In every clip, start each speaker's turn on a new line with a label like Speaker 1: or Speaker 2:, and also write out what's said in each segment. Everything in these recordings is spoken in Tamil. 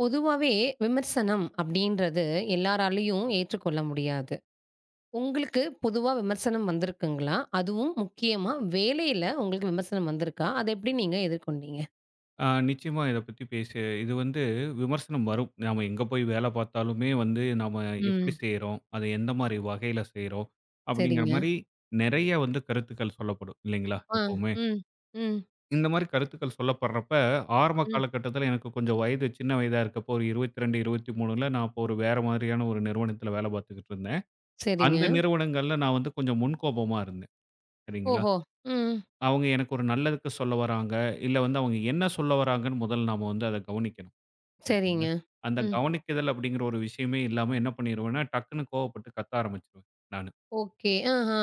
Speaker 1: பொதுவாவே விமர்சனம் அப்படின்றது எல்லாராலயும் ஏற்றுக்கொள்ள முடியாது. உங்களுக்கு பொதுவா விமர்சனம் வந்திருக்குங்களா? அதுவும் முக்கியமா வேலையில உங்களுக்கு விமர்சனம் வந்திருக்கா? அத எப்படி நீங்க எதிர்கொண்டீங்க?
Speaker 2: நிச்சயமா இத பத்தி பேசி இது வந்து விமர்சனம் வரும். நாம எங்க போய் வேலை பார்த்தாலுமே வந்து நாம எப்படி
Speaker 1: ம்.
Speaker 2: செய்றோம்? அத எந்த மாரி வகையில செய்றோம்? அப்படிங்கிற
Speaker 1: சரிங்க.
Speaker 2: மாரி நெறைய வந்து கருத்துக்கள் சொல்லப்படும் இல்லைங்களா?
Speaker 1: ஆ.
Speaker 2: எப்பவுமே.
Speaker 1: ம். ம்.
Speaker 2: இந்த மாரி கருத்துக்கள் சொல்லப்படுறப்ப, ஆரம்ப
Speaker 1: ம்.
Speaker 2: காலகட்டத்தில எனக்கு கொஞ்சம் வயது சின்ன வயதா இருக்கப்போ ஒரு 22, 23ல நான் அப்போ ஒரு வேற மாதிரியான ஒரு நிறுவனத்தில வேலை பார்த்துக்கிட்டு இருந்தேன்.
Speaker 1: சரிங்க.
Speaker 2: அந்த நிறுவனங்கள்ல நான் வந்து கொஞ்சம் முன்கோபமா இருந்தேன். சரிங்களா?
Speaker 1: ஓஹோ! ம்.
Speaker 2: அவங்க எனக்கு ஒரு நல்லதுக்கு சொல்ல வராங்க. இல்ல வந்து அவங்க என்ன சொல்ல வராங்கன்னு முதல்ல நாம வந்து அத கவனிக்கணும்.
Speaker 1: சரிங்க.
Speaker 2: சரிங்க. அந்த
Speaker 1: ம்.
Speaker 2: கவனிக்குதல் அப்படிங்கிற ஒரு விஷயமே இல்லாம என்ன பண்ணிருவேன்னா, டக்குன்னு கோவப்பட்டு கத்த ஆரம்பிச்சுருவேன் நானு.
Speaker 1: ஓகே. ஆஹா.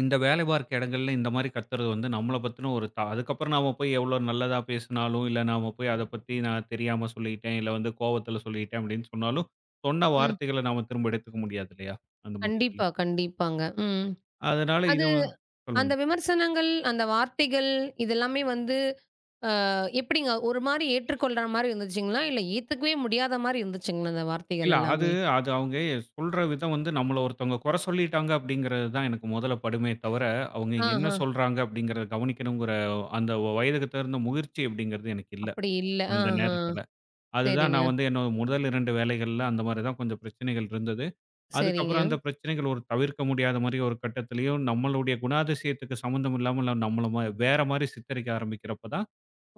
Speaker 2: இந்த வேலை பார்க்க இடங்கள்ல இந்த மாரி கத்துறது வந்து நம்மள பத்தின ஒரு அதுக்கப்புறம் நாம போய் எவ்ளோ நல்லதா பேசினாலும், இல்ல நாம போய் அத பத்தி நான் தெரியாம சொல்லிட்டேன், இல்ல வந்து கோவத்துல சொல்லிட்டேன் அப்படின்னு சொன்னாலும், சொன்ன
Speaker 1: ம்.
Speaker 2: வார்த்தைகள நாம திரும்ப எடுத்துக்க முடியாது இல்லையா? அந்த மாரி இதுல.
Speaker 1: கண்டிப்பா, கண்டிப்பாங்க. ம்.
Speaker 2: அதனால இது
Speaker 1: அது
Speaker 2: சொல்லுங்க.
Speaker 1: அந்த விமர்சனங்கள், அந்த வார்த்தைகள் இதெல்லாமே வந்து எப்படிங்க? ஒரு மாரி ஏற்றுக்கொள்ற மாரி இருந்துச்சுங்களா? இல்ல ஏத்துக்கவே முடியாத மாரி இருந்துச்சுங்களா அந்த வார்த்தைகள்
Speaker 2: இல்ல. அது
Speaker 1: எல்லாமே?
Speaker 2: அது அவங்க சொல்ற விதம் வந்து நம்மள ஒருத்தவங்க குறை சொல்லிட்டாங்க அப்படிங்கிறது தான் எனக்கு முதல்ல படுமே தவிர, அவங்க என்ன
Speaker 1: ஆஹா.
Speaker 2: சொல்றாங்க அப்படிங்கிறத கவனிக்கணுங்கிற அந்த வயதுக்கு தகுந்த முதிர்ச்சி அப்படிங்கிறது எனக்கு இல்ல.
Speaker 1: அப்படி இல்ல.
Speaker 2: அந்த
Speaker 1: ஆஹா.
Speaker 2: நேரத்துல. அதுதான்
Speaker 1: சரிங்க,
Speaker 2: நான் வந்து என்னோட முதல் 2 வேலைகள்ல அந்த மாரி தான் கொஞ்சம் பிரச்சனைகள் இருந்தது.
Speaker 1: சரிங்க.
Speaker 2: அதுக்கப்புறம் அந்த பிரச்சனைகள் ஒரு தவிர்க்க முடியாத மாரி ஒரு கட்டத்திலயும் நம்மளுடைய குணாதிசயத்துக்கு சம்மந்தம் இல்லாம நம்மள வேற மாரி சித்தரிக்க ஆரம்பிக்கிறப்ப தான்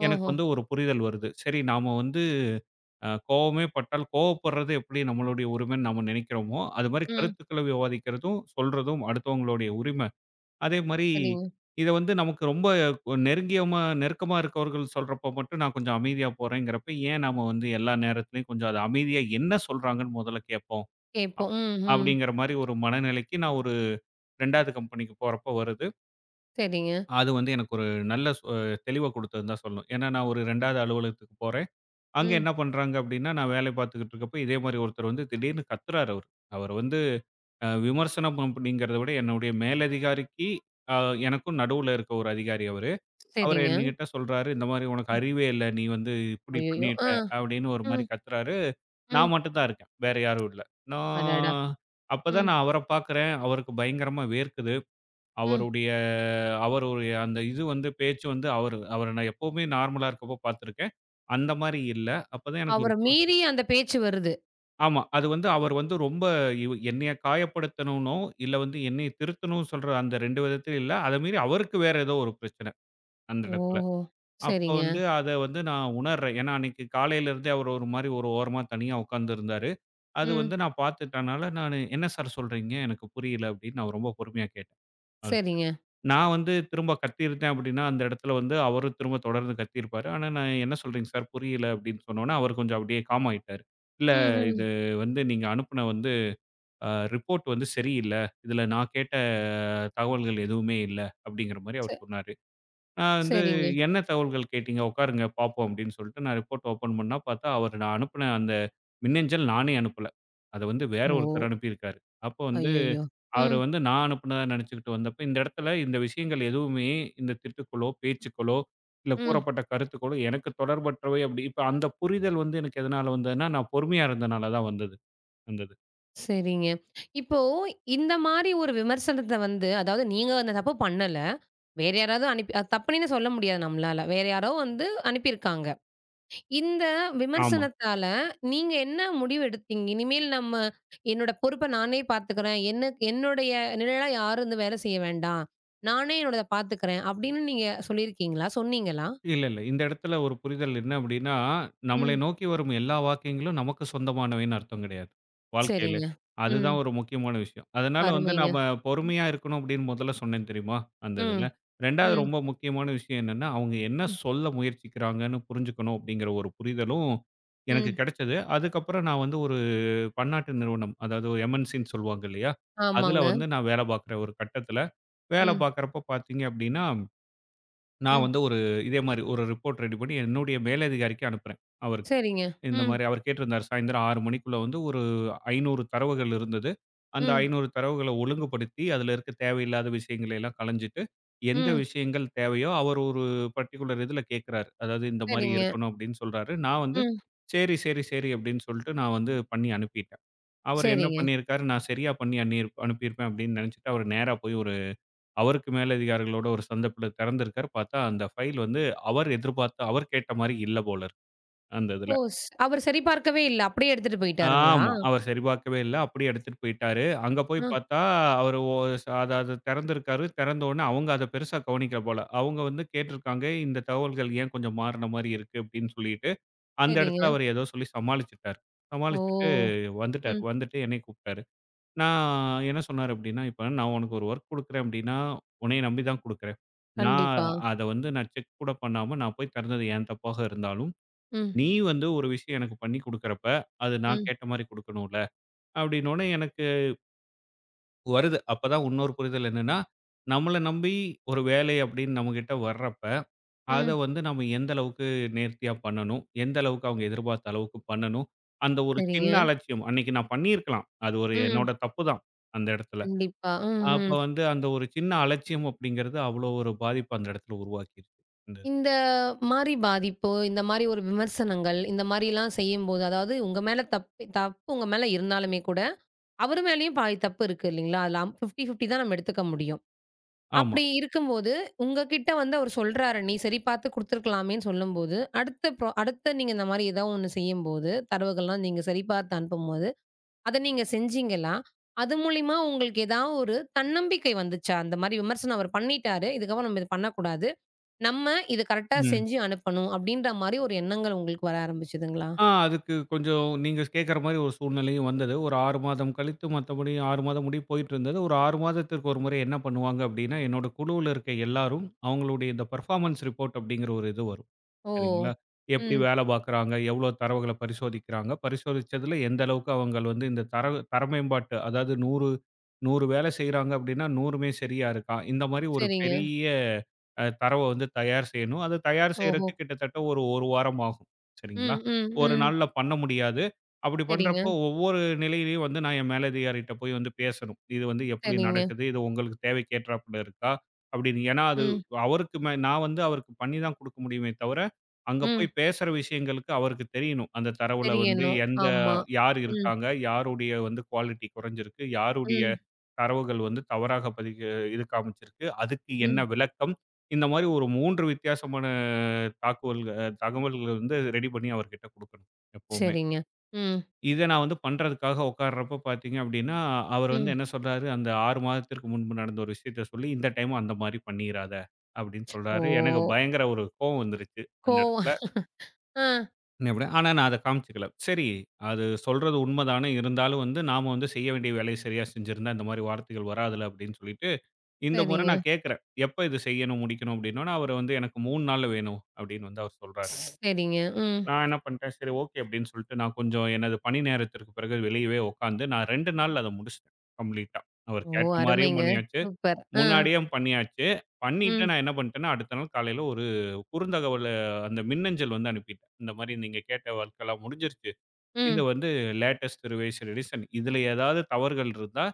Speaker 2: எனக்கு
Speaker 1: ஓஹோ!
Speaker 2: வந்து ஒரு புரிதல் வருது. சரி நாம வந்து கோவமே பட்டால் கோவப்படுறது எப்படி நம்மளுடைய உரிமைன்னு நம்ம நினைக்கிறோமோ, அது மாரி
Speaker 1: ம்.
Speaker 2: கருத்துக்கள விவாதிக்கிறதும், சொல்றதும் அடுத்தவங்களுடைய உரிமை. அதே மாரி
Speaker 1: சரிங்க.
Speaker 2: இத வந்து நமக்கு ரொம்ப நெருக்கமா இருக்கவர்கள் சொல்றப்போ மட்டும் நான் கொஞ்சம் அமைதியா போறேங்கிறப்ப, ஏன் நாம வந்து எல்லா நேரத்துலயும் கொஞ்சம் அது அமைதியா என்ன சொல்றாங்கன்னு முதல்ல கேட்போம். அ
Speaker 1: கேட்போம். ம், ம்.
Speaker 2: அப்படிங்கிற மாரி ஒரு மனநிலைக்கு நான் ஒரு 2வது கம்பெனிக்கு போறப்ப வருது.
Speaker 1: சரிங்க.
Speaker 2: அது வந்து எனக்கு ஒரு நல்ல தெளிவ குடுத்ததுன்னு தான் சொல்லணும். ஏன்னா நான் ஒரு 2வது அலுவலகத்துக்கு போறேன். அங்க
Speaker 1: ம்.
Speaker 2: என்ன பண்றாங்க அப்படின்னா, நான் வேலை பார்த்துக்கிட்டு இருக்கப்ப, இதே மாரி ஒருத்தர் வந்து திடீர்னு கத்துறாரு அவரு. அவரு வந்து விமர்சனம் அப்படிங்கிறத விட என்னுடைய மேலதிகாரிக்கு அ எனக்கும் நடுவுல இருக்க ஒரு அதிகாரி அவரு. அவரு
Speaker 1: சரிங்க.
Speaker 2: என்கிட்ட சொல்றாரு, "இந்த மாரி உனக்கு
Speaker 1: ம்.
Speaker 2: அறிவே இல்ல. நீ வந்து இப்படி
Speaker 1: அய்யய்யோ!
Speaker 2: பண்ணிட்ட"
Speaker 1: ஆ.
Speaker 2: அப்படின்னு ஒரு மாரி
Speaker 1: ம்,
Speaker 2: கத்துறாரு.
Speaker 1: ம்.
Speaker 2: நான் மட்டும் தான் இருக்கேன். வேற யாரும் இல்ல.
Speaker 1: அடடா!
Speaker 2: நான் அப்பதான்
Speaker 1: ம்,
Speaker 2: நான் அவர பார்க்குறேன். அவருக்கு பயங்கரமா வேர்க்குது.
Speaker 1: ம்.
Speaker 2: அவருடைய அவருடைய அந்த இது வந்து பேச்சு வந்து அவரு அவர நான் எப்பவுமே நார்மலா இருக்கப்போ பார்த்துருக்கேன். அந்த மாரி இல்ல. அப்பதான் எனக்கு ஒரு
Speaker 1: அவர மீறி அந்த பேச்சு வருது.
Speaker 2: ஆமா. அது வந்து அவர் வந்து ரொம்ப என்னைய காயப்படுத்தணும்னோ, இல்ல வந்து என்னைய திருத்தணும்னு சொல்ற அந்த 2 விதத்திலும் இல்ல. அத மீறி அவருக்கு வேற ஏதோ ஒரு பிரச்சனை அந்த இடத்துல.
Speaker 1: ஓஹோ!
Speaker 2: அப்ப
Speaker 1: சரிங்க.
Speaker 2: வந்து அத வந்து நான் உணர்றேன். ஏன்னா அன்னைக்கு காலையில இருந்தே அவர் ஒரு மாரி ஒரு ஓரமா தனியா உட்கார்ந்து இருந்தாரு. அது
Speaker 1: ம்.
Speaker 2: வந்து நான் பார்த்துட்டனால நானு, "என்ன சார் சொல்றீங்க? எனக்கு புரியல" அப்படின்னு நான் ரொம்ப பொறுமையா கேட்டேன் அவர்கிட்ட.
Speaker 1: சரிங்க.
Speaker 2: நான் வந்து திரும்ப கத்தியிருந்தேன் அப்படின்னா, அந்த இடத்துல வந்து அவரும் திரும்ப தொடர்ந்து கத்தியிருப்பாரு. ஆனா நான், "என்ன சொல்றீங்க சார்? புரியல" அப்படின்னு சொன்னோனே, அவர் கொஞ்சம் அப்படியே காம் ஆயிட்டாரு. "இல்ல
Speaker 1: ம், ம்.
Speaker 2: இது வந்து நீங்க அனுப்புன வந்து" ரிப்போர்ட் வந்து சரியில்ல. இதில நான் கேட்ட தகவல்கள் எதுவுமே இல்ல அப்படிங்கிற மாரி
Speaker 1: ச
Speaker 2: அவர் சொன்னாரு. நான் வந்து
Speaker 1: சரிங்க.
Speaker 2: என்ன தகவல்கள் கேட்டீங்க? உட்காருங்க பார்ப்போம் அப்படின்னு சொல்லிட்டு நான் ரிப்போர்ட் ஓப்பன் பண்ணா பார்த்தா, அவர் நான் அனுப்புன அந்த மின்னஞ்சல் நானே அனுப்பல. அத வந்து வேற
Speaker 1: ஓ!
Speaker 2: ஒருத்தர் அனுப்பியிருக்காரு. அப்போ வந்து
Speaker 1: அய்யய்யோ!
Speaker 2: அவரு
Speaker 1: ம்,
Speaker 2: வந்து நான் அனுப்புனதா நெனச்சுக்கிட்டு வந்தப்ப, இந்த இடத்துல இந்த விஷயங்கள் எதுவுமே இந்த திட்டுக்களோ, பேச்சுக்களோ, இல்ல
Speaker 1: ம்.
Speaker 2: கூறப்பட்ட கருத்துக்களோ எனக்கு தொடர்பற்றவை அப்படி இப்ப அந்த புரிதல் வந்து எனக்கு எதனால வந்ததுன்னா, நான் பொறுமையா இருந்தனால தான் வந்தது. வந்தது.
Speaker 1: சரிங்க. இப்போ இந்த மாரி ஒரு விமர்சனத்த வந்து அதாவது நீங்க அந்த தப்பு பண்ணல. வேற யாராவது அனுப்பி அது தப்புன்னே சொல்ல முடியாது நம்மளால. வேற யாரோ வந்து அனுப்பியிருக்காங்க. இந்த
Speaker 2: ஆமா.
Speaker 1: விமர்சனத்தால நீங்க என்ன முடிவு எடுத்தீங்க? இனிமேல் நம்ம என்னோட பொறுப்ப நானே பார்த்துக்கிறேன். என்ன என்னுடைய நிழலா யாரும் வந்து வேலை செய்ய வேண்டாம். நானே என்னோடத பார்த்துக்கிறேன். அப்படின்னு நீங்க சொல்லியிருக்கீங்களா? சொன்னீங்களா?
Speaker 2: இல்ல, இல்ல. இந்த இடத்துல ஒரு புரிதல் என்ன அப்படின்னா, நம்மளை
Speaker 1: ம்.
Speaker 2: நோக்கி வரும் எல்லா வாக்கியங்களும் நமக்கு சொந்தமானவைன்னு அர்த்தம் கிடையாது, வாழ்க்கையில.
Speaker 1: சரிங்க. ம்.
Speaker 2: அதுதான் ஒரு முக்கியமான விஷயம். அதனால வந்து
Speaker 1: அருமைங்க.
Speaker 2: நாம
Speaker 1: ம்.
Speaker 2: பொறுமையா இருக்கணும் அப்படின்னு முதல்ல சொன்னேன் தெரியுமா? அந்த இதுல.
Speaker 1: ம்.
Speaker 2: 2வது
Speaker 1: ம்.
Speaker 2: ரொம்ப முக்கியமான விஷயம் என்னன்னா, அவங்க என்ன சொல்ல முயற்சிக்கிறாங்கன்னு புரிஞ்சுக்கணும் அப்படிங்கிற ஒரு புரிதலும் எனக்கு
Speaker 1: ம்.
Speaker 2: கிடைச்சது. அதுக்கப்புறம் நான் வந்து ஒரு பன்னாட்டு நிறுவனம், அதாவது எம்.என்.சின்னு சொல்லுவாங்க இல்லையா? அதுல
Speaker 1: ஆமாங்க.
Speaker 2: வந்து நான் வேலை பார்க்குற ஒரு கட்டத்துல, வேலை
Speaker 1: ம்.
Speaker 2: பார்க்குறப்ப பார்த்தீங்க அப்படின்னா நான்
Speaker 1: ம்.
Speaker 2: வந்து ஒரு இதே மாரி ஒரு ரிப்போர்ட் ரெடி பண்ணி என்னுடைய மேலதிகாரிக்கு அனுப்புறேன். அவருக்கு.
Speaker 1: சரிங்க.
Speaker 2: இந்த
Speaker 1: ம்,
Speaker 2: மாரி அவர் கேட்டிருந்தார். சாயந்தரம் 6 மணிக்குள்ள வந்து ஒரு 500 தரவுகள் இருந்தது. அந்த
Speaker 1: ம்,
Speaker 2: 500 தரவுகள ஒழுங்குபடுத்தி, அதில இருக்க தேவையில்லாத விஷயங்களை எல்லாம் களைஞ்சிட்டு, எந்த
Speaker 1: ம்.
Speaker 2: விஷயங்கள் தேவையோ அவர் ஒரு பர்ட்டிகுலர் இதில கேட்கிறாரு. அதாவது இந்த மாரி
Speaker 1: சரிங்க.
Speaker 2: இருக்கணும் அப்படின்னு சொல்றாரு. நான் வந்து
Speaker 1: ம்.
Speaker 2: சரி, சரி, சரி அப்படின்னு சொல்லிட்டு நான் வந்து பண்ணி அனுப்பிட்டேன். அவர் என்ன
Speaker 1: சரிங்க.
Speaker 2: பண்ணியிருக்காரு, நான் சரியா பண்ணி அனுப்பியிருப்பேன் அப்படின்னு நினைச்சுட்டு அவர் நேரா போய் ஒரு அவருக்கு மேலதிகாரிகளோட ஒரு சந்தர்ப்பல திறந்திருக்காரு. பார்த்தா அந்த ஃபைல் வந்து அவர் எதிர்பார்த்த அவர் கேட்ட மாரி இல்ல போல இருக்கு, அந்த
Speaker 1: ஓ!
Speaker 2: இதுல.
Speaker 1: அவரு சரிபார்க்கவே இல்ல. அப்படியே எடுத்துட்டு போயிட்டாருங்களா?
Speaker 2: ஆமா. அவர் சரிபார்க்கவே இல்ல. அப்படியே எடுத்துட்டு போயிட்டாரு. அங்க போய்
Speaker 1: ஆ,
Speaker 2: பார்த்தா, அவரு ஒ ச அத அத திறந்திருக்காரு. திறந்த உடனே அவங்க அத பெருசா கவனிக்கல போல. அவங்க வந்து கேட்டிருக்காங்க, "இந்த தகவல்கள் ஏன் கொஞ்சம் மாறுன மாரி இருக்கு?" அப்படின்னு சொல்லிட்டு, அந்த இடத்துல
Speaker 1: சரிங்க.
Speaker 2: அவரு ஏதோ சொல்லி சமாளிச்சுட்டாரு.
Speaker 1: ஓ!
Speaker 2: சமாளிச்சுட்டு வந்துட்டாரு.
Speaker 1: ம்.
Speaker 2: வந்துட்டு என்னைய கூப்பிட்டாரு. நான் என்ன சொன்னாரு அப்படின்னா, "இப்ப நான் உனக்கு ஒரு ஒர்க் குடுக்குறேன் அப்படின்னா, உன்னைய நம்பி தான் குடுக்குறேன். நான்
Speaker 1: கண்டிப்பா.
Speaker 2: அத வந்து நான் செக் கூட பண்ணாம நான் போய் திறந்தது என் தப்பாக இருந்தாலும்,
Speaker 1: ம்,
Speaker 2: நீ வந்து ஒரு விஷயம் எனக்கு பண்ணி குடுக்குறப்ப, அது நான்
Speaker 1: ம்,
Speaker 2: கேட்ட மாரி குடுக்கணும்ல." அப்படின்னோனே எனக்கு வருது. அப்பதான் இன்னொரு புரிதல் என்னன்னா, நம்மள நம்பி ஒரு வேலை அப்படின்னு நம்மகிட்ட வர்றப்ப, அத
Speaker 1: ம்.
Speaker 2: வந்து நம்ம எந்த அளவுக்கு நேர்த்தியா பண்ணணும், எந்த அளவுக்கு அவங்க எதிர்பார்த்த அளவுக்கு பண்ணணும். அந்த ஒரு சின்ன
Speaker 1: சரிங்க.
Speaker 2: அலட்சியம், அன்னைக்கு நான் பண்ணியிருக்கலாம். அது ஒரு
Speaker 1: ம்.
Speaker 2: என்னோட தப்பு தான் அந்த இடத்துல.
Speaker 1: கண்டிப்பா. ம்,
Speaker 2: அப்ப
Speaker 1: ம்.
Speaker 2: வந்து அந்த ஒரு சின்ன அலட்சியம் அப்படிங்கிறது அவ்வளோ ஒரு பாதிப்ப அந்த இடத்துல உருவாக்கிருச்சு. இந்த இது.
Speaker 1: இந்த மாரி பாதிப்பு, இந்த மாரி ஒரு விமர்சனங்கள், இந்த மாரிலாம் செய்யும்போது, அதாவது உங்க மேல தப்பு தப்பு உங்க மேல இருந்தாலுமே கூட, அவரு மேலயும் பாதி தப்பு இருக்கு இல்லைங்களா? அதுல 50, 50 தான் நம்ம எடுத்துக்க முடியும்.
Speaker 2: ஆமா.
Speaker 1: அப்படி இருக்கும்போது, உங்ககிட்ட வந்து அவரு சொல்றாரு, "நீ சரி பார்த்து குடுத்துருக்கலாமேன்னு" சொல்லும்போது, அடுத்த நீங்க இந்த மாரி ஏதாவது ஒண்ணு செய்யும்போது, தரவுகள்லாம் நீங்க சரி பார்த்து அனுப்பும்போது, அத நீங்க செஞ்சீங்களா? அது மூலியமா உங்களுக்கு ஏதாவது ஒரு தன்னம்பிக்கை வந்துச்சா? அந்த மாரி விமர்சனம் அவர் பண்ணிட்டாரு, இதுக்கப்புறம் நம்ம இத பண்ணக்கூடாது. நம்ம இது கரெக்ட்டா
Speaker 2: ம்.
Speaker 1: செஞ்சு அனுப்பணும். அப்படின்ற மாரி ஒரு எண்ணங்கள் உங்களுக்கு வர ஆரம்பிச்சதுங்களா?
Speaker 2: அதுக்கு கொஞ்சம் நீங்க கேட்கற மாரி ஒரு சூழ்நிலையும் வந்தது. ஒரு 6 மாதம் கழித்து மத்தபடி 6 மாதம் முடிய போயிட்டுருந்தது. ஒரு 6 மாதத்திற்கு ஒரு முறை என்ன பண்ணுவாங்க அப்படின்னா, என்னோட குழுவுல இருக்க எல்லாரும் அவங்களுடைய இந்த பெர்ஃபார்மன்ஸ் ரிப்போர்ட் அப்படிங்கிற ஒரு இது வரும்.
Speaker 1: ஓ!
Speaker 2: சரிங்களா? எப்படி
Speaker 1: ம்.
Speaker 2: வேலை பார்க்குறாங்க? எவ்வளோ தரவுகள பரிசோதிக்கிறாங்க? பரிசோதிச்சதுல எந்த அளவுக்கு அவங்க வந்து இந்த தரவு தர மேம்பாட்டு அதாவது 100 வேலை செய்றாங்க அப்படின்னா 100மே சரியா இருக்கா? இந்த மாரி ஒரு
Speaker 1: சரிங்க.
Speaker 2: பெரிய தரவ வந்து தயார் செய்யணும். அத தயார்
Speaker 1: ஓஹோ!
Speaker 2: செய்றதுக்கு கிட்டத்தட்ட ஒரு 1 வாரம் ஆகும். சரிங்களா?
Speaker 1: ம், ம்,
Speaker 2: ஒரு
Speaker 1: ம்.
Speaker 2: நாள்ல பண்ண முடியாது. அப்படி
Speaker 1: சரிங்க,
Speaker 2: பண்றப்போ ஒவ்வொரு நிலையிலயும் வந்து நான் என் மேலதிகாரிட்ட போய் வந்து பேசணும். இது வந்து எப்படி
Speaker 1: சரிங்க.
Speaker 2: நடக்குது? இது உங்களுக்கு தேவைக்கேற்றாப்புல இருக்கா? அப்படின்னு. ஏன்னா அது
Speaker 1: ம்,
Speaker 2: அவருக்கு மே நான் வந்து அவருக்கு பண்ணி தான் குடுக்க முடியுமே தவிர அங்க போய்
Speaker 1: ம்.
Speaker 2: பேசுற விஷயங்களுக்கு அவருக்கு தெரியணும். அந்த தரவுல
Speaker 1: சரி
Speaker 2: வந்து
Speaker 1: எண்ணம்.
Speaker 2: எந்த
Speaker 1: ஆமா.
Speaker 2: யார்
Speaker 1: ம்.
Speaker 2: இருக்காங்க? யாருடைய வந்து குவாலிட்டி குறைஞ்சிருக்கு? யாருடைய
Speaker 1: ம்,
Speaker 2: தரவுகள் வந்து தவறாக பதிக்க இது காமிச்சிருக்கு? அதுக்கு
Speaker 1: ம்.
Speaker 2: என்ன விளக்கம்? இந்த மாரி ஒரு 3 வித்தியாசமான தாக்குவல்கள் தகவல்கள் வந்து ரெடி பண்ணி அவர்கிட்ட குடுக்கணும், எப்பவுமே.
Speaker 1: சரிங்க. ம்,
Speaker 2: இத நான் வந்து பண்றதுக்காக உட்கார்றப்போ பார்த்தீங்க அப்படின்னா, அவர் வந்து
Speaker 1: ம்.
Speaker 2: என்ன சொல்றாரு, "அந்த 6 மாதத்திற்கு முன்பு நடந்த ஒரு விஷயத்த சொல்லி, இந்த டைமும் அந்த மாரி பண்ணிறாத" அப்படின்னு சொல்றாரு. எனக்கு
Speaker 1: ஓ!
Speaker 2: பயங்கர ஒரு கோவம் வந்துருச்சு, அந்த
Speaker 1: கோவம்.
Speaker 2: இடத்துல.
Speaker 1: ஆ.
Speaker 2: அப்படியே ஆனா நான் அத காமிச்சுக்கல. சரி, அது சொல்றது உண்மதானே இருந்தாலும் வந்து நாம வந்து செய்ய வேண்டிய வேலைய சரியா செஞ்சிருந்தா, இந்த மாரி வார்த்தைகள் வராதுல்ல அப்படின்னு சொல்லிட்டு, இந்த முறை
Speaker 1: சரிங்க,
Speaker 2: நான் கேட்கிறேன். எப்ப இது செய்யணும், முடிக்கணும் அப்படின்னோன, அவரு வந்து எனக்கு 3 நாள்ல வேணும் அப்படின்னு வந்து அவர் சொல்றாரு.
Speaker 1: சரிங்க. ம்.
Speaker 2: நான் என்ன பண்ணிட்டேன், சரி ஓகே அப்படின்னு சொல்லிட்டு நான் கொஞ்சம் எனது பணி நேரத்திற்கு பிறகு வெளியவே உட்காந்து, நான் 2 நாள்ல அத முடிச்சுட்டேன் கம்ப்ளீட்டா. அவர்
Speaker 1: ஓ!
Speaker 2: கேட்ட மாரியும்
Speaker 1: அருமைங்க.
Speaker 2: பண்ணியாச்சு,
Speaker 1: சூப்பர். ஆ.
Speaker 2: முன்னாடியும் பண்ணியாச்சு.
Speaker 1: ம்,
Speaker 2: பண்ணிட்டு நான் என்ன பண்ணிட்டேன்னா, அடுத்த நாள் காலையில ஒரு குறுந்தகவல அந்த மின்னஞ்சல் வந்து அனுப்பிட்டேன். இந்த மாரி நீங்க கேட்ட ஒர்க் எல்லாம் முடிஞ்சிருச்சு. இது
Speaker 1: ம்,
Speaker 2: வந்து லேட்டஸ்ட் ரிவைஸ்டு எடிஷன். இதுல ஏதாவது தவறுகள் இருந்தா,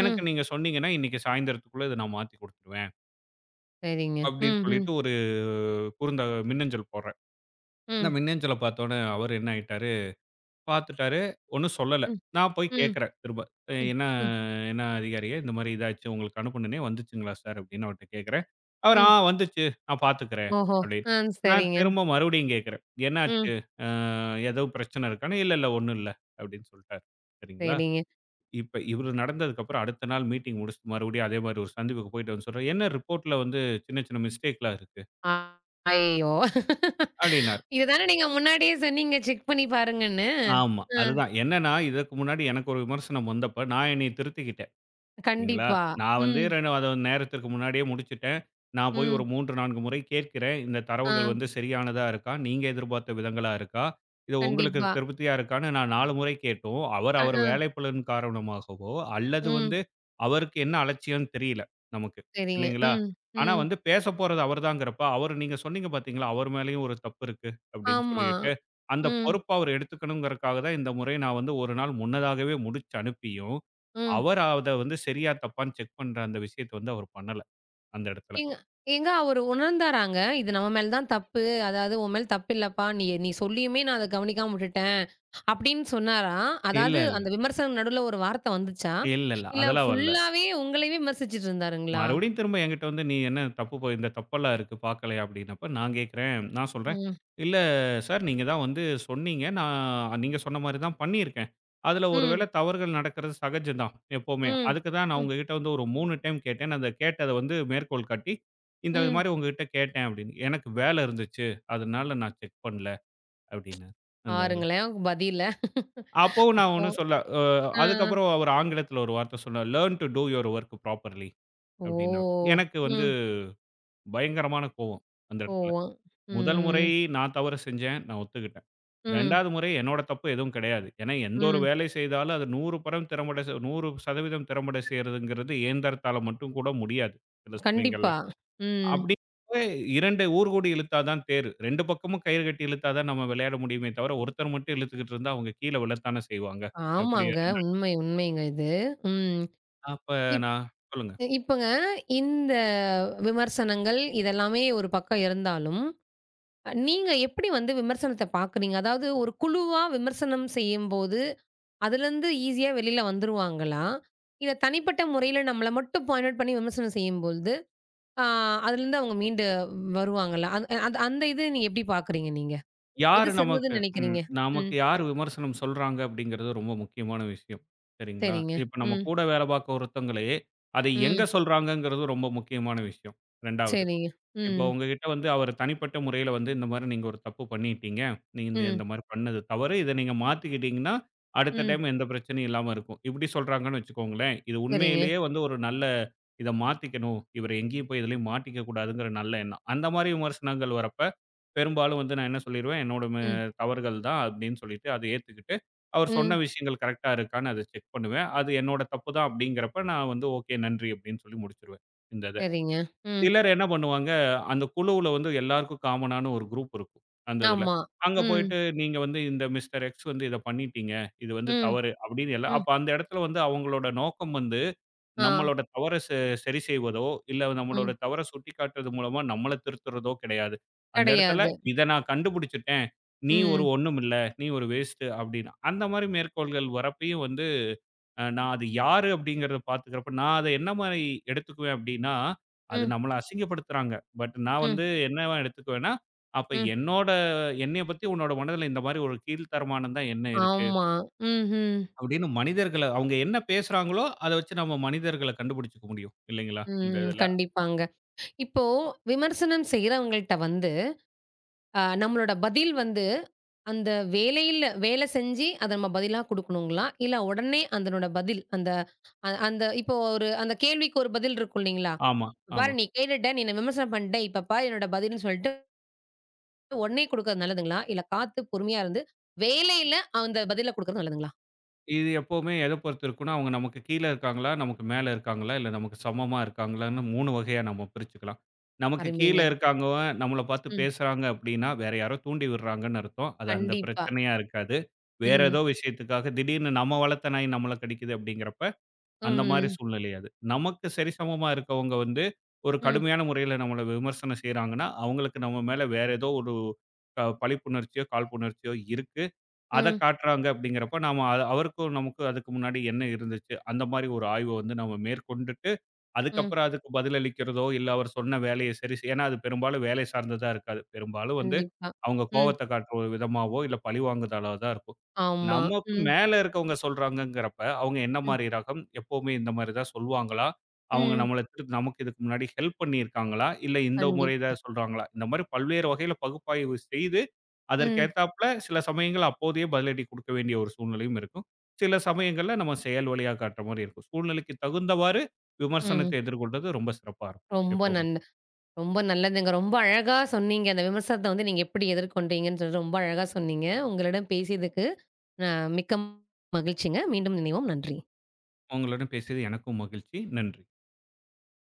Speaker 2: எனக்கு நீங்க சொன்னீங்கன்னா, இன்னைக்கு சாயந்தரத்துக்குள்ள இத நான் மாத்தி குடுத்துருவேன்.
Speaker 1: சரிங்க.
Speaker 2: அப்படின்னு
Speaker 1: ம், ம்,
Speaker 2: சொல்லிட்டு ஒரு குறுந்த மின்னஞ்சல் போடுறேன். இந்த
Speaker 1: ம்,
Speaker 2: மின்னஞ்சல பார்த்தோனே அவரு என்ன ஆயிட்டாரு, பார்த்துட்டாரு. ஒண்ணும் சொல்லல.
Speaker 1: ம்,
Speaker 2: நான் போய்
Speaker 1: ம்,
Speaker 2: கேட்கிறேன் திரும்ப.
Speaker 1: ம்,
Speaker 2: "என்ன
Speaker 1: ம்,
Speaker 2: என்ன அதிகாரியே இந்த மாரி இதாச்சு. உங்களுக்கு அனுப்புனனே வந்துச்சுங்களா சார்?" அப்படின்னு அவர்ட்ட கேட்கிறேன். அவரு, "ஆ
Speaker 1: ம்.
Speaker 2: வந்துச்சு. நான் பார்த்துக்கிறேன்"
Speaker 1: ஓஹோ!
Speaker 2: அப்படின்னு.
Speaker 1: ஆ.
Speaker 2: நான்
Speaker 1: சரிங்க.
Speaker 2: திரும்ப மறுபடியும் கேட்கிறேன்.
Speaker 1: ம்.
Speaker 2: "என்னாச்சு? அ ஏதோ பிரச்சனை இருக்கான்னு?" "இல்ல, இல்ல ஒண்ணும் இல்ல" அப்படின்னு சொல்ட்டாரு. சரிங்களா?
Speaker 1: சரிங்க.
Speaker 2: இப்ப இவரு நடந்ததுக்கப்புறம் அடுத்த நாள் மீட்டிங் முடிச்சுட்டு மறுபடியும் அதே மாரி ஒரு சந்திப்புக்கு போயிட்டு வந்து சொல்றேன். "என்ன ரிப்போர்ட்ல வந்து சின்ன, சின்ன மிஸ்டேக்லாம் இருக்கு"
Speaker 1: ஐயய்யோ!
Speaker 2: அப்டின்னாரு.
Speaker 1: இத தானே நீங்க முன்னாடியே சொன்னீங்க செக் பண்ணி பாருங்கன்னு.
Speaker 2: ஆமா.
Speaker 1: ஆ.
Speaker 2: அதுதான். என்னன்னா, இதற்கு முன்னாடி எனக்கு ஒரு விமர்சனம் வந்தப்ப நான் என்னைய திருத்திக்கிட்டேன். சரிங்களா?
Speaker 1: கண்டிப்பா.
Speaker 2: நான் வந்து
Speaker 1: ம்,
Speaker 2: அத நேரத்திற்கு முன்னாடியே முடிச்சுட்டேன். நான் போய் ஒரு
Speaker 1: ம்.
Speaker 2: 3, 4 முறை கேட்கிறேன். இந்த
Speaker 1: ஆ.
Speaker 2: தரவுகள் வந்து சரியானதா இருக்கா? நீங்க எதிர்பார்த்த விதங்களா இருக்கா? இது உங்களுக்கு
Speaker 1: கண்டிப்பா.
Speaker 2: திருப்தியா இருக்கான்னு நான் 4 முறை கேட்டும், அவர்
Speaker 1: அ,
Speaker 2: அவர்
Speaker 1: ஆ.
Speaker 2: வேலைப்பளுவின் காரணமாகவோ, அல்லது
Speaker 1: ம்.
Speaker 2: வந்து அவருக்கு என்ன அலட்சியம்னு தெரியல நமக்கு,
Speaker 1: சரிங்க.
Speaker 2: இல்லைங்களா?
Speaker 1: ம்,
Speaker 2: ஆனா
Speaker 1: ம்.
Speaker 2: வந்து பேசப் போறது அவர்தாங்கிறப்ப, அவரு நீங்க சொன்னீங்க பார்த்தீங்களா? அவர் மேலயும் ஒரு தப்பு இருக்கு அப்படின்னு
Speaker 1: ஆமா.
Speaker 2: சொல்லிட்டு, அந்த
Speaker 1: ம்.
Speaker 2: பொறுப்ப அவர் எடுத்துக்கணும்ங்கறக்காக தான் இந்த முறை நான் வந்து 1 நாள் முன்னதாகவே முடிச்சு அனுப்பியும்,
Speaker 1: ம்.
Speaker 2: அவர் அத வந்து சரியா, தப்பான்னு செக் பண்ற அந்த விஷயத்த வந்து அவர் பண்ணல, அந்த இடத்துல.
Speaker 1: எங்க எங்க அவரு உணர்ந்தாராங்க. இது நம்ம மேல தான் தப்பு. அதாவது உன் மேல தப்பு இல்லப்பா. நீ நீ சொல்லியுமே நான் அத கவனிக்காம விட்டுட்டேன். அப்படின்னு சொன்னாராம்.
Speaker 2: இல்ல,
Speaker 1: அதாவது
Speaker 2: இல்ல.
Speaker 1: அந்த விமர்சனம் நடுவுல ஒரு வார்த்தை வந்துச்சா?
Speaker 2: இல்ல, இல்ல.
Speaker 1: இல்ல
Speaker 2: அதெல்லாம் வரல.
Speaker 1: ஃபுல்லாவே உங்களையே விமர்சிச்சுட்டு இருந்தாருங்களா?
Speaker 2: மறுபடியும் திரும்ப என்கிட்ட வந்து, "நீ என்ன தப்பு இந்த தப்பெல்லாம் இருக்கு பார்க்கலையா?" அப்படின்னப்ப நான் கேட்கிறேன். நான் சொல்றேன்,
Speaker 1: ம்.
Speaker 2: "இல்ல சார், நீங்க தான் வந்து சொன்னீங்க. நான் நீங்க சொன்ன மாரி தான் பண்ணியிருக்கேன். அதுல ஒரு வேள
Speaker 1: ம்.
Speaker 2: தவறுகள் நடக்கிறது சகஜம் தான், எப்பவுமே.
Speaker 1: ம்.
Speaker 2: அதுக்கு தான் நான்
Speaker 1: ம்.
Speaker 2: உங்ககிட்ட வந்து ஒரு 3 டைம் கேட்டேன். அந்த கேட்டத வந்து மேற்கோள் காட்டி, இந்த
Speaker 1: ம்.
Speaker 2: மாரி உங்ககிட்ட கேட்டேன்" அப்படின்னு. "எனக்கு வேல இருந்துச்சு. அதனால நான் செக் பண்ணல" அப்படின்னாரு. அந்த இதுல.
Speaker 1: பாருங்களேன் பதில.
Speaker 2: அப்பவும் நான்
Speaker 1: அப்போ
Speaker 2: ஒண்ணும் சொல்ல
Speaker 1: ஆ.
Speaker 2: அதுக்கப்புறம் அவரு ஆங்கிலத்துல ஒரு வார்த்தை சொன்னாரு. "Learn to do your work properly" அப்படின்னாரு.
Speaker 1: ஓ!
Speaker 2: எனக்கு வந்து
Speaker 1: ம்.
Speaker 2: பயங்கரமான கோவம் அந்த இடத்துல.
Speaker 1: கோவம்.
Speaker 2: முதல் முறை
Speaker 1: ம்.
Speaker 2: நான் தவறு செஞ்சேன். நான் ஒத்துக்கிட்டேன்.
Speaker 1: ம்.
Speaker 2: 2வது முறை என்னோட தப்பு எதுவும் கிடையாது. ஏன்னா எந்த ஒரு
Speaker 1: ம்.
Speaker 2: வேலை செய்தாலும் அது 100% திறம்பட 100% திறம்பட செய்றதுங்கிறது இயந்திரத்தால மட்டும் கூட முடியாது. சில
Speaker 1: கண்டிப்பா.
Speaker 2: சமயங்கள்ல.
Speaker 1: ம்.
Speaker 2: அப்படி 2 ஊர்கூடி இழுத்தா தான் தேர். 2 பக்கமும் கயிறு கட்டி இழுத்தா தான் நம்ம விளையாட முடியுமே தவிர, ஒருத்தர் மட்டும் இழுத்துக்கிட்டு இருந்தா அவங்க கீழ விழத்தானே செய்வாங்க. எப்படி
Speaker 1: ஆமாங்க. உண்மை, உண்மைங்க இது. ம்.
Speaker 2: அப்ப
Speaker 1: இப்
Speaker 2: நான் சொல்லுங்க.
Speaker 1: இப்பங்க இந்த விமர்சனங்கள் இதெல்லாமே ஒரு பக்கம் இருந்தாலும், நீங்க எப்படி வந்து விமர்சனத்த பார்க்குறீங்க? அதாவது ஒரு குழுவா விமர்சனம் செய்யும்போது, அதுலருந்து ஈஸியா வெளில வந்துருவாங்களா? இல்ல தனிப்பட்ட முறையில நம்மள மட்டும் பாயிண்ட் அவுட் பண்ணி விமர்சனம் செய்யும்பொழுது, ஆ அதுலருந்து அவங்க மீண்டு வருவாங்களா? அந்த இத நீங்க எப்படி பார்க்குறீங்க நீங்க? எது
Speaker 2: யாரு நமக்கு
Speaker 1: சிறந்ததுன்னு நினைக்கிறீங்க? ம்.
Speaker 2: நமக்கு யாரு விமர்சனம் சொல்றாங்க அப்படிங்கிறது ரொம்ப முக்கியமான விஷயம். சரிங்களா?
Speaker 1: சரிங்க.
Speaker 2: இப்ப நம்ம
Speaker 1: ம்.
Speaker 2: கூட வேலை பார்க்க ஒருத்தவங்களே, அதை எங்க
Speaker 1: ம்.
Speaker 2: சொல்றாங்கங்கிறது ரொம்ப முக்கியமான விஷயம். 2வது.
Speaker 1: சரிங்க.
Speaker 2: இப்போ
Speaker 1: ம்.
Speaker 2: உங்ககிட்ட வந்து அவர் தனிப்பட்ட முறையில வந்து, இந்த மாரி நீங்க ஒரு தப்பு பண்ணிட்டீங்க. நீங்க இந்த
Speaker 1: ம்.
Speaker 2: இந்த மாரி பண்ணது தவறு. இத நீங்க மாத்திக்கிட்டீங்கன்னா, அடுத்த
Speaker 1: ம்.
Speaker 2: டைம் எந்த பிரச்சனையும் இல்லாம இருக்கும். இப்படி சொல்றாங்கன்னு வச்சுக்கோங்களேன். இது
Speaker 1: சரிங்க.
Speaker 2: உண்மையிலேயே வந்து ஒரு நல்ல இத மாத்திக்கணும். இவரு எங்கேயும் போய் எதுலயும் மாட்டிக்க கூடாதுங்கிற நல்ல எண்ணம். அந்த மாரி விமர்சனங்கள் வரப்ப, பெரும்பாலும் வந்து நான் என்ன சொல்லிருவேன், என்னோட
Speaker 1: ம்.
Speaker 2: தவறுகள் தான் அப்படின்னு சொல்லிட்டு அத ஏத்துக்கிட்டு, அவர் சொன்ன
Speaker 1: ம்.
Speaker 2: விஷயங்கள் கரெக்ட்டா இருக்கான்னு அத செக் பண்ணுவேன். அது என்னோட தப்பு தான் அப்படிங்கிறப்ப நான் வந்து ஓகே நன்றி அப்படின்னு சொல்லி முடிச்சுருவேன். இந்த இத.
Speaker 1: சரிங்க. ம்.
Speaker 2: சிலர் என்ன பண்ணுவாங்க, அந்த குழுவுல வந்து எல்லாருக்கும் காமனான ஒரு குரூப் இருக்கும். அந்த இதுல.
Speaker 1: ஆமா.
Speaker 2: அங்க
Speaker 1: ம்,
Speaker 2: போயிட்டு நீங்க வந்து இந்த மிஸ்டர் எக்ஸ் வந்து இத பண்ணிட்டீங்க. இது வந்து
Speaker 1: ம்,
Speaker 2: தவறு அப்படின்னு எல்லாம்
Speaker 1: ம்.
Speaker 2: அப்ப அந்த இடத்துல வந்து அவங்களோட நோக்கம் வந்து
Speaker 1: ஆ,
Speaker 2: நம்மளோட தவற சரி செய்வதோ, இல்ல நம்மளோட
Speaker 1: ம்.
Speaker 2: தவற சுட்டிக்காட்டுறது மூலமா நம்மள திருத்துறதோ கிடையாது. அந்த இடத்துல
Speaker 1: கிடையாது.
Speaker 2: இத நான் கண்டுபிடிச்சுட்டேன். நீ ஒரு
Speaker 1: ம்,
Speaker 2: ஒண்ணும் இல்ல. நீ ஒரு வேஸ்ட்டு அப்படின்னு. அந்த மாரி மேற்கோள்கள் வரப்பயும் வந்து நான் அது யாரு அப்படிங்கிறத பார்த்துக்கிறப்ப, நான் அத என்ன மாரி எடுத்துக்குவேன் அப்படின்னா, அது
Speaker 1: ம்,
Speaker 2: நம்மள அசிங்கப்படுத்துறாங்க. பட் நான்
Speaker 1: ம்,
Speaker 2: வந்து என்னவா எடுத்துக்குவேன்னா, அப்ப
Speaker 1: ம்.
Speaker 2: என்னோட என்னைய பத்தி உன்னோட மனதில இந்த மாரி ஒரு கீழ்த்தரமானம் தான் என்ன இருக்கு?
Speaker 1: ஆமா. ம்ஹ்ம்.
Speaker 2: அப்படின்னு மனிதர்கள அவங்க என்ன பேசுறாங்களோ, அத வச்சு நம்ம மனிதர்கள கண்டுபிடிச்சுக்க முடியும். இல்லைங்களா? இந்த
Speaker 1: ம்.
Speaker 2: இதுல.
Speaker 1: கண்டிப்பாங்க. இப்போ விமர்சனம் செய்றவங்கள்ட்ட வந்து, நம்மளோட பதில் வந்து அந்த வேலையில வேலை செஞ்சு அத நம்ம பதிலா குடுக்கணுங்களா? இல்ல உடனே அதனோட பதில் அந்த அ அந்த இப்போ ஒரு அந்த கேள்விக்கு ஒரு பதில் இருக்கும் இல்லைங்களா?
Speaker 2: ஆமா,
Speaker 1: "பாரு
Speaker 2: ஆமா.
Speaker 1: நீ கேட்டுட்ட, நீ என்ன விமர்சனம் பண்ணிட்ட, இப்ப பாரு என்னோட பதில்ன்னு" சொல்லிட்டு உடனே குடுக்கறது நல்லதுங்களா? இல்ல காத்து பொறுமையா இருந்து வேலையில அந்த பதில குடுக்கறது நல்லதுங்களா?
Speaker 2: இது எப்பவுமே எத பொறுத்து இருக்குன்னா, அவங்க நமக்கு கீழ இருக்காங்களா? நமக்கு மேல இருக்காங்களா? இல்ல நமக்கு சமமா இருக்காங்களான்னு 3 வகையா நம்ம பிரிச்சுக்கலாம். நமக்கு கீழ
Speaker 1: அருமைங்க.
Speaker 2: இருக்கவங்க நம்மள பார்த்து
Speaker 1: ம்.
Speaker 2: பேசுறாங்க அப்டின்னா, வேற யாரோ தூண்டி விடுறாங்கன்னு அர்த்தம். அது அந்த
Speaker 1: கண்டிப்பா.
Speaker 2: பிரச்சனையா இருக்காது. வேற ஏதோ
Speaker 1: ம்.
Speaker 2: விஷயத்துக்காக திடீர்னு நம்ம வளர்த்த நாய் நம்மள கடிக்குது அப்டிங்கிறப்ப, அந்த மாரி
Speaker 1: ம்.
Speaker 2: சூழ்நிலை அது. நமக்கு சரிசமமா இருக்கவங்க வந்து, ஒரு
Speaker 1: ம். ம்.
Speaker 2: கடுமையான முறையில நம்மள விமர்சனம் செய்றாங்கன்னா, அவங்களுக்கு நம்ம மேல வேற ஏதோ ஒரு பழிப்புணர்ச்சியோ, காழ்ப்புணர்ச்சியோ இருக்கு. அத
Speaker 1: ம்.
Speaker 2: காட்டுறாங்க அப்படிங்கிறப்ப, நாம அவருக்கும் நமக்கும் அதுக்கு முன்னாடி என்ன இருந்துச்சு? அந்த மாரி ஒரு ஆய்வ வந்து நம்ம மேற்கொண்டுட்டு,
Speaker 1: ம்.
Speaker 2: அதுக்கப்புறம் அதுக்கு பதிலளிக்கிறதோ, இல்ல அவர் சொன்ன வேலைய சரி செய் ஏன்னா அது பெரும்பாலும் வேலை சார்ந்ததா இருக்காது. பெரும்பாலும் வந்து
Speaker 1: கண்டிப்பா.
Speaker 2: அவங்க
Speaker 1: ம்.
Speaker 2: கோவத்த காட்டுற ஒரு விதமாவோ, இல்ல பழிவாங்குதலா தான் இருக்கும்.
Speaker 1: ஆமா.
Speaker 2: நமக்கு
Speaker 1: ம்.
Speaker 2: மேல இருக்கவங்க சொல்றாங்கங்கிறப்ப, அவங்க என்ன
Speaker 1: ம்.
Speaker 2: மாரி ரகம்? எப்பவுமே இந்த மாரி தான் சொல்லுவாங்களா? அவங்க
Speaker 1: ம்.
Speaker 2: நம்மள திரு நமக்கு இதுக்கு முன்னாடி ஹெல்ப் பண்ணியிருக்காங்களா? இல்ல இந்த முறை
Speaker 1: கண்டிப்
Speaker 2: தான் சொல்றாங்களா? இந்த மாரி பல்வேறு வகையில பகுப்பாய்வு செய்து அதற்கு
Speaker 1: ம்.
Speaker 2: ஏத்தாப்புல சில சமயங்கள்ல அப்போதையே பதிலடி குடுக்க வேண்டிய ஒரு சூழ்நிலையும் இருக்கும். சில சமயங்கள்ல நம்ம செயல் வழியா காட்டுற மாரி இருக்கும். சூழ்நிலைக்கு தகுந்தவாறு
Speaker 1: ம்.
Speaker 2: விமர்சனத்தை எதிர்கொள்றது ரொம்ப சிறப்பா இருக்கும்
Speaker 1: ரொம்ப
Speaker 2: எப்பவும்.
Speaker 1: நன் ரொம்ப நல்லதுங்க. ரொம்ப அழகா சொன்னீங்க. அந்த விமர்சனத்த வந்து நீங்க எப்படி எதிர்கொண்டீங்கன்னு சொல்லிட்டு ரொம்ப அழகா சொன்னீங்க. உங்களிடம் பேசியதுக்கு நான் மிக்க மகிழ்ச்சிங்க. மீண்டும் இணைவோம். நன்றி.
Speaker 2: உங்களுடன் பேசியது எனக்கும் மகிழ்ச்சி. நன்றி.